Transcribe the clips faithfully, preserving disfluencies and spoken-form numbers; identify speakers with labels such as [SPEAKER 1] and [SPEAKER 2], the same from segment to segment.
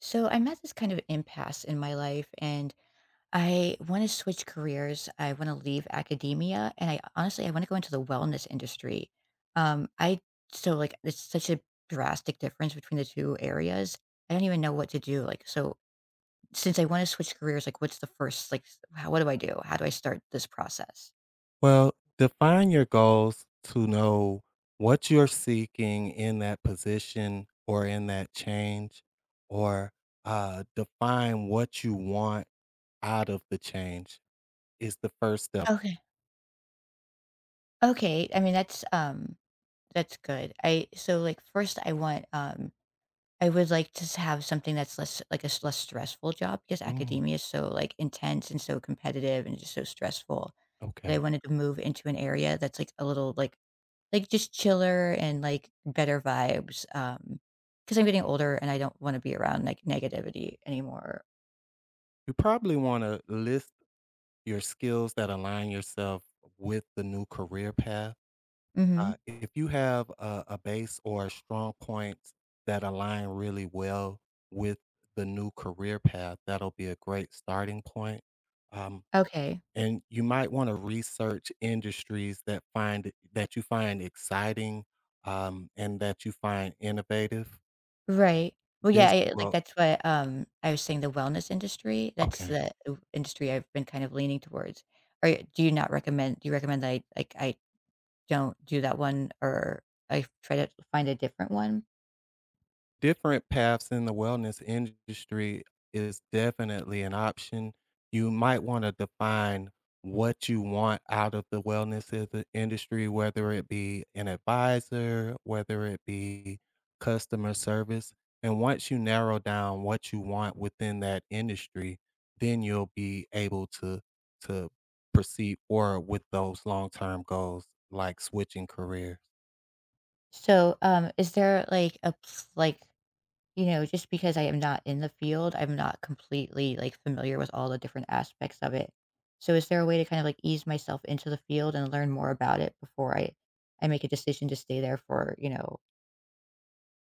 [SPEAKER 1] So I'm at this kind of impasse in my life, and I want to switch careers. I want to leave academia, and I honestly I want to go into the wellness industry. Um I so like it's such a drastic difference between the two areas. I don't even know what to do. Like so since I want to switch careers, like, what's the first, like, s- how, what do I do? How do I start this process?
[SPEAKER 2] Well, define your goals to know what you're seeking in that position or in that change, or uh, define what you want out of the change is the first step.
[SPEAKER 1] Okay. Okay. I mean, that's um that's good. I so like First I want, um I would like to s have something that's less like a s less stressful job, because
[SPEAKER 2] Mm,
[SPEAKER 1] academia is so, like, intense and so competitive and just so stressful that I
[SPEAKER 2] okay.
[SPEAKER 1] wanted to move into an area that's, like, a little, like like, just chiller and, like, better vibes. Um, because 'cause I'm getting older and I don't wanna be around, like, negativity anymore.
[SPEAKER 2] You probably want to list your skills that align yourself with the new career path.
[SPEAKER 1] Mhm.
[SPEAKER 2] Uh, if you have a, a base or strong points that align really well with the new career path, that'll be a great starting point. Um,
[SPEAKER 1] Okay.
[SPEAKER 2] and you might want to research industries that find that you find exciting, um, and that you find innovative. Um,
[SPEAKER 1] Right. Well, yeah,
[SPEAKER 2] This
[SPEAKER 1] I like,
[SPEAKER 2] will
[SPEAKER 1] that's what, um, I was saying, the wellness industry, that's
[SPEAKER 2] Okay.
[SPEAKER 1] the, uh, industry I've been kind of leaning towards. Or do you not recommend do you recommend that I, like, I don't do that one, or I try to find a different one.
[SPEAKER 2] Different paths in the wellness industry is definitely an option. You might want to define what you want out of the wellness i- the industry, whether it be an advisor, whether it be customer service. And once you narrow down what you want within that industry, then you'll be able to to proceed forward with those long-term goals like switching career.
[SPEAKER 1] So, um, is there like a pl- like, you know, just because I am not in the field, I'm not completely like familiar with all the different aspects of it. So, is there a way to kind of like ease myself into the field and learn more about it before I I make a decision to stay there for you know?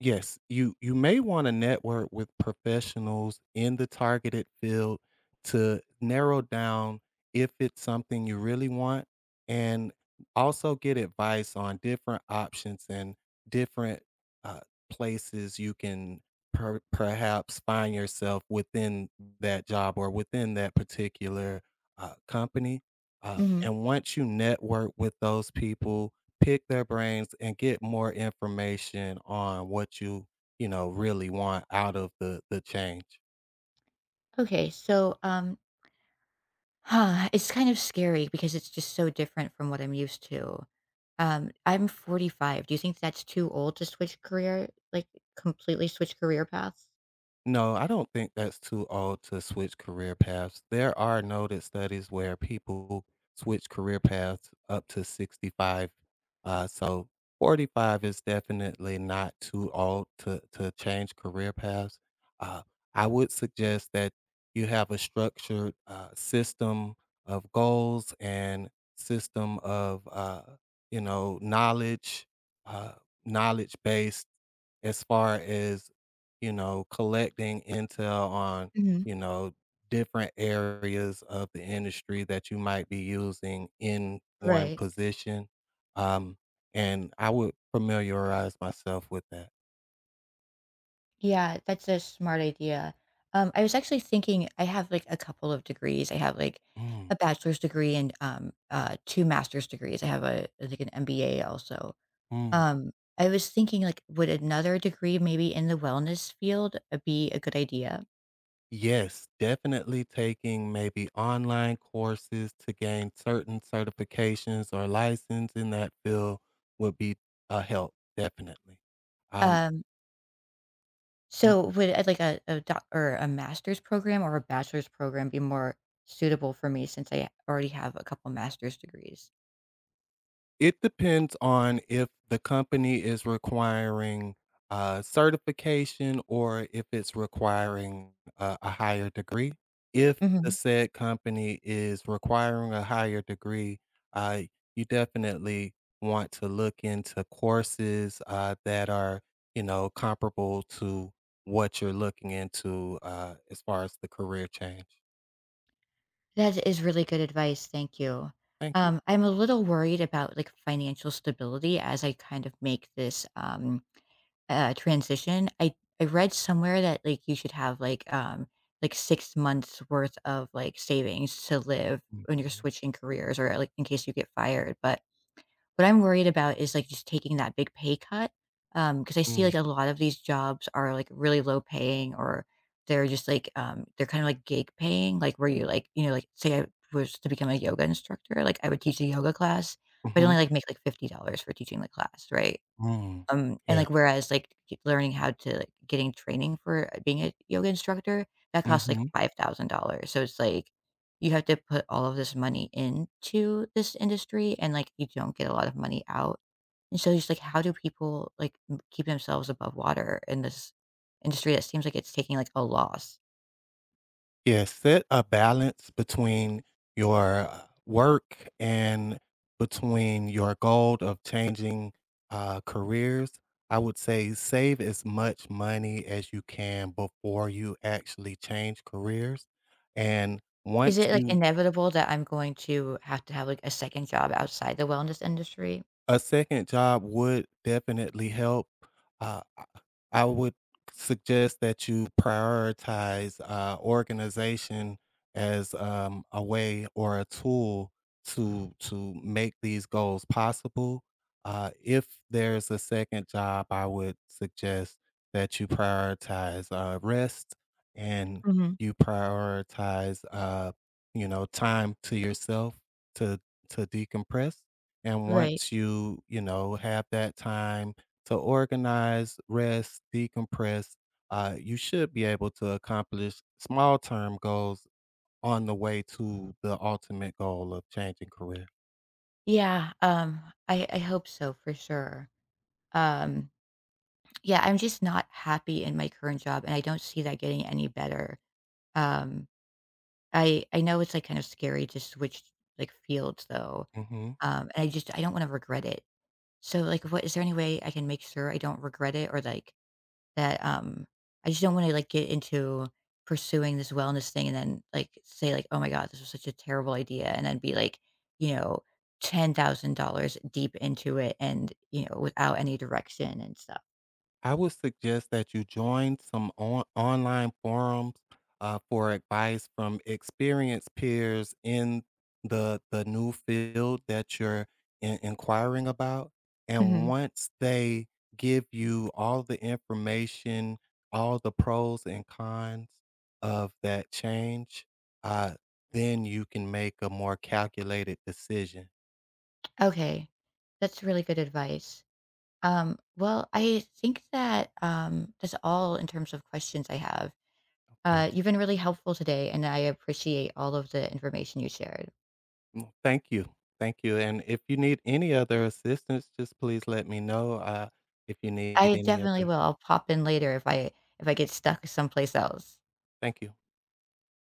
[SPEAKER 2] Yes, you you may want to network with professionals in the targeted field to narrow down if it's something you really want, and also get advice on different options and different uh, places you can per- perhaps find yourself within that job or within that particular uh, company. Uh,
[SPEAKER 1] Hmm.
[SPEAKER 2] and once you network with those people, pick their brains and get more information on what you, you know, really want out of the the change.
[SPEAKER 1] Okay, so um, huh, it's kind of scary because it's just so different from what I'm used to. Um, I'm forty-five. Do you think that's too old to switch career, like, completely switch career paths?
[SPEAKER 2] No, I don't think that's too old to switch career paths. There are noted studies where people switch career paths up to sixty-five. Uh, so forty-five is definitely not too old to, to change career paths. Uh, I would suggest that you have a structured uh, system of goals and system of, uh, you know, knowledge, uh, knowledge based as far as, you know, collecting intel on,
[SPEAKER 1] Mhm.
[SPEAKER 2] you know, different areas of the industry that you might be using in one
[SPEAKER 1] Right.
[SPEAKER 2] position. Um, and I would familiarize myself with that.
[SPEAKER 1] Yeah, that's a smart idea. Um, I was actually thinking I have, like, a couple of degrees. I have, like,
[SPEAKER 2] Mm,
[SPEAKER 1] a bachelor's degree and, um, uh, two master's degrees. I have a like, an M B A also.
[SPEAKER 2] mm.
[SPEAKER 1] Um, I was thinking, like, would another degree maybe in the wellness field, uh, be a good idea?
[SPEAKER 2] Yes, definitely taking maybe online courses to gain certain certifications or license in that field would be a help, definitely. Um,
[SPEAKER 1] Um So would, uh, like a a doc or a master's program or a bachelor's program be more suitable for me, since I already have a couple master's degrees?
[SPEAKER 2] It depends on if the company is requiring uh, certification or if it's requiring a, a higher degree. If the
[SPEAKER 1] Mhm.
[SPEAKER 2] said company is requiring a higher degree, uh, you definitely want to look into courses uh, that are, you know, comparable to what you're looking into, uh, as far as the career change.
[SPEAKER 1] That is really good advice, thank you.
[SPEAKER 2] Thank you.
[SPEAKER 1] Um, I'm a little worried about, like, financial stability as I kind of make this, um, uh, transition. I I read somewhere that, like, you should have, like, um, like, six months worth of, like, savings to live when you're
[SPEAKER 2] Mm,
[SPEAKER 1] switching careers, or, like, in case you get fired. But what I'm worried about is, like, just taking that big pay cut, um because I see,
[SPEAKER 2] mm,
[SPEAKER 1] like, a lot of these jobs are, like, really low paying, or they're just, like, um, they're kinda like gig paying, like, where you, like, you know, like, say I was to become a yoga instructor, like, I would teach a yoga class, but I'd only,
[SPEAKER 2] mhm,
[SPEAKER 1] like, make, like, fifty dollars for teaching the class, right?
[SPEAKER 2] mm,
[SPEAKER 1] Um, and,
[SPEAKER 2] yeah.
[SPEAKER 1] like, whereas, like, y learning how to like, getting training for uh, being a yoga instructor, that costs, like, five thousand dollars. So it's like, you have to put all of this money into this industry, and, like, you don't get a lot of money out. And so just, like, how do people, like, m keep themselves above water in this industry that seems like it's taking, like, a loss?
[SPEAKER 2] Yeah, set a balance between your uh, work and between your goal of changing, uh, careers. I would say save as much money as you can before you actually change careers, and
[SPEAKER 1] Is
[SPEAKER 2] once
[SPEAKER 1] it, like,
[SPEAKER 2] you—
[SPEAKER 1] inevitable that I'm going to have to have, like, a second job outside the wellness industry?
[SPEAKER 2] A second job would definitely help. Uh, I I would suggest that you prioritize, uh, organization as, um, a way or a tool to to make these goals possible. Uh, if there's a second job, I would suggest that you prioritize, uh, rest, and
[SPEAKER 1] Mhm.
[SPEAKER 2] you prioritize, uh, you know, time to yourself to to decompress. And
[SPEAKER 1] Right.
[SPEAKER 2] once you, you know, have that time to organize, rest, decompress, uh, you should be able to accomplish small term goals on the way to the ultimate goal of changing career.
[SPEAKER 1] Yeah, um, I I hope so for sure. Um, yeah, I'm just not happy in my current job, and I don't see that getting any better. Um, I I know it's, like, kind of scary to switch, like, fields, though.
[SPEAKER 2] Mhm.
[SPEAKER 1] um, and I just I don't wanna regret it. So, like, what is there any way I can make sure I don't regret it, or, like, that, um I just don't wanna, like, get into pursuing this wellness thing and then, like, say, like, "Oh my god, this was such a terrible idea," and then be, like, you know, ten thousand dollars deep into it, and, you know, without any direction and stuff.
[SPEAKER 2] I would suggest that you join some on- online forums uh, for advice from experienced peers in the the new field that you're in- inquiring about. And
[SPEAKER 1] Mhm.
[SPEAKER 2] once they give you all the information, all the pros and cons of that change, uh, then you can make a more calculated decision.
[SPEAKER 1] Okay, that's really good advice. Um, well, I think that, um, that's all in terms of questions I have.
[SPEAKER 2] Okay.
[SPEAKER 1] Uh, you've been really helpful today, and I appreciate all of the information you shared.
[SPEAKER 2] Mm, thank you. Thank you. And if you need any other assistance, just please let me know. Uh, if you need
[SPEAKER 1] I
[SPEAKER 2] any
[SPEAKER 1] definitely
[SPEAKER 2] other,
[SPEAKER 1] will. I'll pop in later if I if I get stuck someplace else.
[SPEAKER 2] thank you.